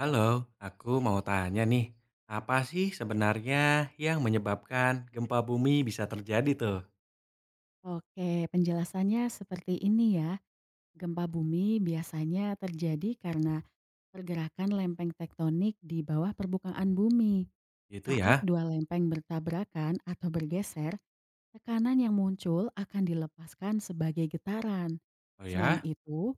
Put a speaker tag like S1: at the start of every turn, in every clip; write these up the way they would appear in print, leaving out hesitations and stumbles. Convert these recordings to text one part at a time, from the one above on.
S1: Halo, aku mau tanya nih, apa sih sebenarnya yang menyebabkan gempa bumi bisa terjadi tuh?
S2: Oke, penjelasannya seperti ini ya. Gempa bumi biasanya terjadi karena pergerakan lempeng tektonik di bawah permukaan bumi.
S1: Gitu
S2: Saat
S1: ya?
S2: dua lempeng bertabrakan atau bergeser, tekanan yang muncul akan dilepaskan sebagai getaran.
S1: Oh
S2: Selain
S1: ya?
S2: itu,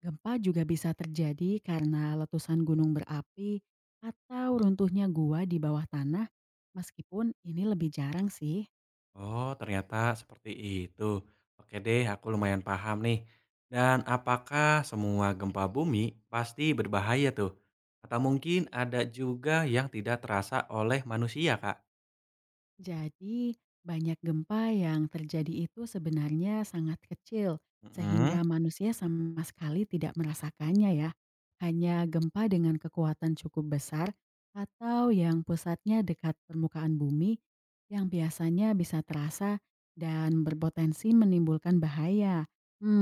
S2: gempa juga bisa terjadi karena letusan gunung berapi atau runtuhnya gua di bawah tanah, meskipun ini lebih jarang sih.
S1: Oh, ternyata seperti itu. Oke deh, aku lumayan paham nih. Dan apakah semua gempa bumi pasti berbahaya tuh? Atau mungkin ada juga yang tidak terasa oleh manusia, Kak?
S2: Jadi, banyak gempa yang terjadi itu sebenarnya sangat kecil,
S1: Mm-mm,
S2: sehingga manusia sama sekali tidak merasakannya ya. Hanya gempa dengan kekuatan cukup besar atau yang pusatnya dekat permukaan bumi yang biasanya bisa terasa dan berpotensi menimbulkan bahaya.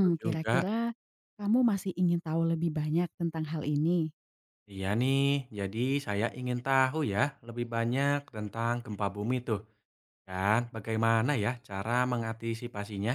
S1: betul juga.
S2: Kira-kira kamu masih ingin tahu lebih banyak tentang hal ini?
S1: Iya nih, jadi saya ingin tahu ya lebih banyak tentang gempa bumi tuh. Dan bagaimana ya cara mengantisipasinya?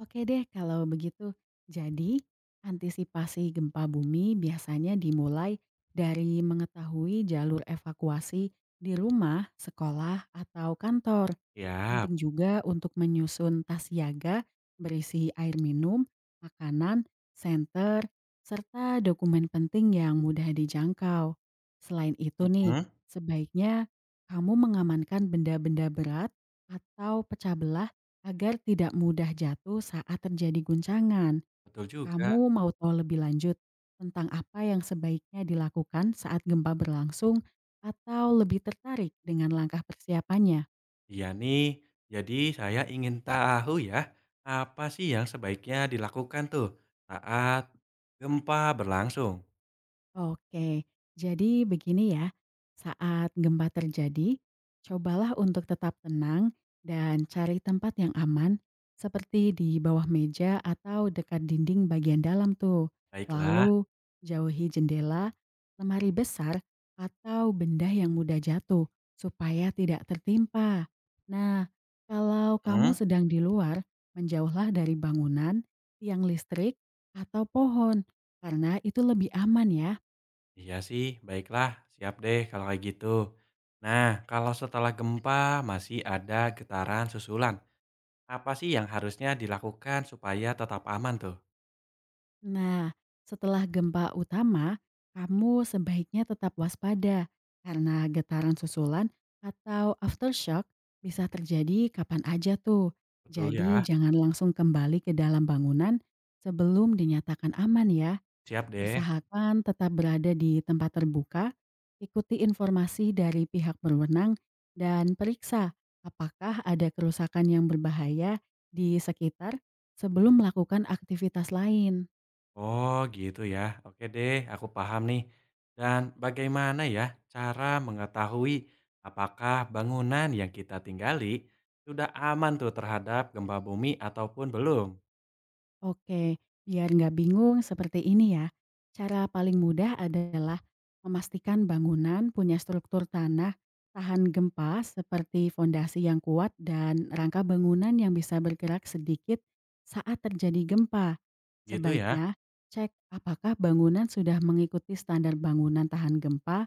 S2: Oke deh kalau begitu. Jadi, antisipasi gempa bumi biasanya dimulai dari mengetahui jalur evakuasi di rumah, sekolah, atau kantor.
S1: Ya,
S2: Penting juga untuk menyusun tas siaga berisi air minum, makanan, senter, serta dokumen penting yang mudah dijangkau. Selain itu nih,
S1: mhm,
S2: sebaiknya kamu mengamankan benda-benda berat atau pecah belah agar tidak mudah jatuh saat terjadi guncangan.
S1: betul juga.
S2: Kamu mau tahu lebih lanjut tentang apa yang sebaiknya dilakukan saat gempa berlangsung atau lebih tertarik dengan langkah persiapannya?
S1: Iya nih, jadi saya ingin tahu ya, apa sih yang sebaiknya dilakukan tuh saat gempa berlangsung?
S2: Oke, jadi begini ya, saat gempa terjadi, cobalah untuk tetap tenang dan cari tempat yang aman, seperti di bawah meja atau dekat dinding bagian dalam tuh.
S1: Baiklah,
S2: Lalu, jauhi jendela, lemari besar, atau benda yang mudah jatuh, supaya tidak tertimpa. Nah, kalau kamu
S1: mhm,
S2: sedang di luar, menjauhlah dari bangunan, tiang listrik, atau pohon, karena itu lebih aman ya.
S1: iya sih, baiklah, siap deh kalau kayak gitu. Nah, kalau setelah gempa masih ada getaran susulan, apa sih yang harusnya dilakukan supaya tetap aman tuh?
S2: Nah, setelah gempa utama, kamu sebaiknya tetap waspada karena getaran susulan atau aftershock bisa terjadi kapan aja tuh.
S1: Betul
S2: Jadi
S1: ya,
S2: jangan langsung kembali ke dalam bangunan sebelum dinyatakan aman ya.
S1: siap deh.
S2: Usahakan tetap berada di tempat terbuka, ikuti informasi dari pihak berwenang, dan periksa apakah ada kerusakan yang berbahaya di sekitar sebelum melakukan aktivitas lain.
S1: Oh gitu ya, oke deh aku paham nih. Dan bagaimana ya cara mengetahui apakah bangunan yang kita tinggali sudah aman tuh terhadap gempa bumi ataupun belum?
S2: Oke, biar nggak bingung seperti ini ya. Cara paling mudah adalah memastikan bangunan punya struktur tanah tahan gempa seperti fondasi yang kuat dan rangka bangunan yang bisa bergerak sedikit saat terjadi gempa.
S1: Gitu ya?
S2: Sebaiknya cek apakah bangunan sudah mengikuti standar bangunan tahan gempa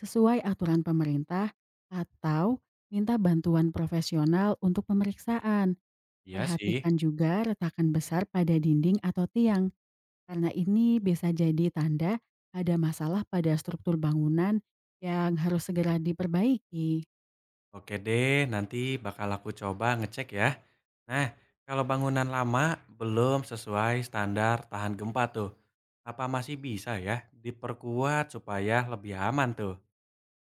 S2: sesuai aturan pemerintah atau minta bantuan profesional untuk pemeriksaan.
S1: Iya sih.
S2: Perhatikan juga retakan besar pada dinding atau tiang, karena ini bisa jadi tanda ada masalah pada struktur bangunan yang harus segera diperbaiki.
S1: Oke deh, nanti bakal aku coba ngecek ya. Nah, kalau bangunan lama belum sesuai standar tahan gempa tuh, apa masih bisa ya diperkuat supaya lebih aman tuh?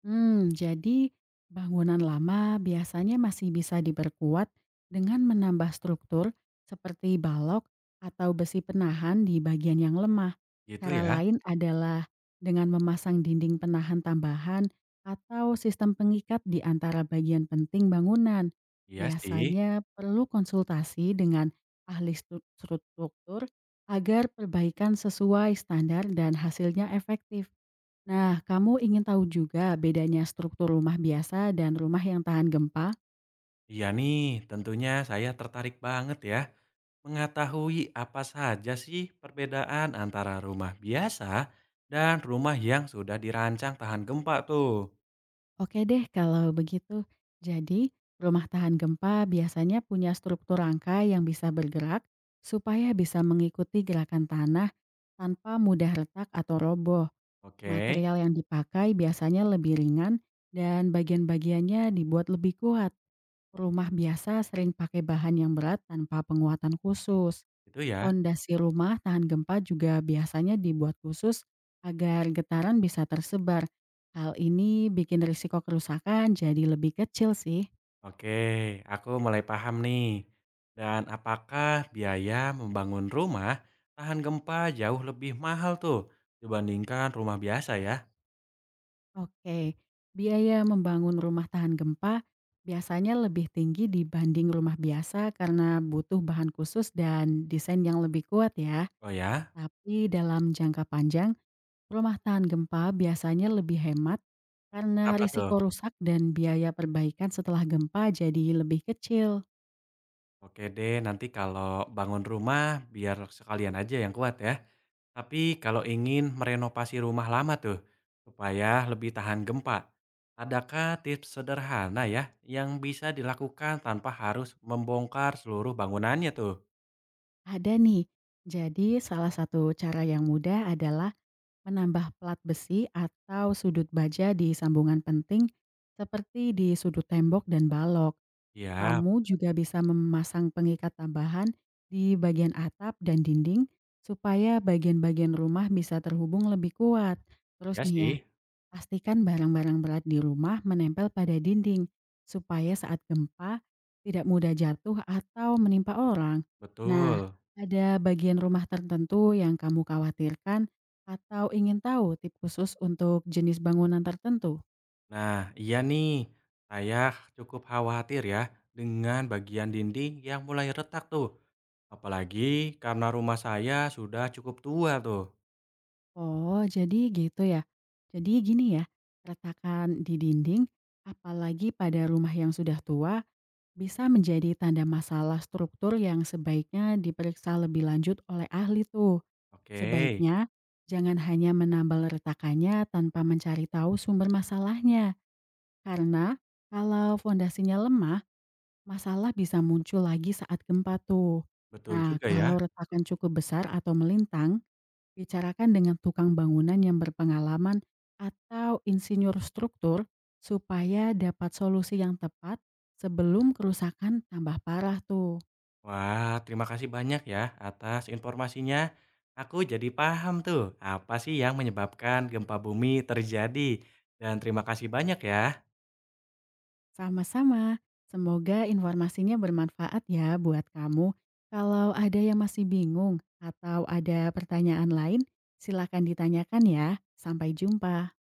S2: Jadi bangunan lama biasanya masih bisa diperkuat dengan menambah struktur seperti balok atau besi penahan di bagian yang lemah.
S1: Gitu
S2: Cara
S1: ya?
S2: lain adalah dengan memasang dinding penahan tambahan atau sistem pengikat di antara bagian penting bangunan.
S1: Iya sih.
S2: Biasanya perlu konsultasi dengan ahli stru- struktur agar perbaikan sesuai standar dan hasilnya efektif. Nah, kamu ingin tahu juga bedanya struktur rumah biasa dan rumah yang tahan gempa?
S1: Iya nih, tentunya saya tertarik banget ya mengetahui apa saja sih perbedaan antara rumah biasa dan rumah yang sudah dirancang tahan gempa tuh.
S2: Oke deh kalau begitu. Jadi, rumah tahan gempa biasanya punya struktur rangka yang bisa bergerak supaya bisa mengikuti gerakan tanah tanpa mudah retak atau roboh.
S1: Oke,
S2: Material yang dipakai biasanya lebih ringan dan bagian-bagiannya dibuat lebih kuat. Rumah biasa sering pakai bahan yang berat tanpa penguatan khusus.
S1: itu ya.
S2: Pondasi rumah tahan gempa juga biasanya dibuat khusus agar getaran bisa tersebar. Hal ini bikin risiko kerusakan jadi lebih kecil sih.
S1: Oke, aku mulai paham nih. Dan apakah biaya membangun rumah tahan gempa jauh lebih mahal tuh dibandingkan rumah biasa ya?
S2: Oke, biaya membangun rumah tahan gempa biasanya lebih tinggi dibanding rumah biasa karena butuh bahan khusus dan desain yang lebih kuat ya.
S1: Oh ya,
S2: Tapi dalam jangka panjang, rumah tahan gempa biasanya lebih hemat karena
S1: apa tuh?
S2: risiko rusak dan biaya perbaikan setelah gempa jadi lebih kecil.
S1: Oke deh, nanti kalau bangun rumah biar sekalian aja yang kuat ya. Tapi kalau ingin merenovasi rumah lama tuh, supaya lebih tahan gempa, adakah tips sederhana ya yang bisa dilakukan tanpa harus membongkar seluruh bangunannya tuh?
S2: Ada nih. Jadi salah satu cara yang mudah adalah menambah plat besi atau sudut baja di sambungan penting seperti di sudut tembok dan balok.
S1: Iya,
S2: Kamu juga bisa memasang pengikat tambahan di bagian atap dan dinding supaya bagian-bagian rumah bisa terhubung lebih kuat. Terus
S1: ya
S2: nih ya,
S1: sih,
S2: pastikan barang-barang berat di rumah menempel pada dinding, supaya saat gempa tidak mudah jatuh atau menimpa orang. Nah,
S1: betul.
S2: ada bagian rumah tertentu yang kamu khawatirkan atau ingin tahu tip khusus untuk jenis bangunan tertentu?
S1: Nah, iya nih, saya cukup khawatir ya dengan bagian dinding yang mulai retak tuh. Apalagi karena rumah saya sudah cukup tua tuh.
S2: Oh, jadi gitu ya. Jadi gini ya, retakan di dinding, apalagi pada rumah yang sudah tua bisa menjadi tanda masalah struktur yang sebaiknya diperiksa lebih lanjut oleh ahli tuh.
S1: Oke,
S2: Sebaiknya jangan hanya menambal retakannya tanpa mencari tahu sumber masalahnya. Karena kalau fondasinya lemah, masalah bisa muncul lagi saat gempa tuh.
S1: betul
S2: Nah,
S1: juga ya.
S2: kalau retakan cukup besar atau melintang, bicarakan dengan tukang bangunan yang berpengalaman atau insinyur struktur supaya dapat solusi yang tepat sebelum kerusakan tambah parah tuh.
S1: Wah, terima kasih banyak ya atas informasinya. Aku jadi paham tuh apa sih yang menyebabkan gempa bumi terjadi. Dan terima kasih banyak ya.
S2: Sama-sama, semoga informasinya bermanfaat ya buat kamu. Kalau ada yang masih bingung atau ada pertanyaan lain, silakan ditanyakan ya. Sampai jumpa.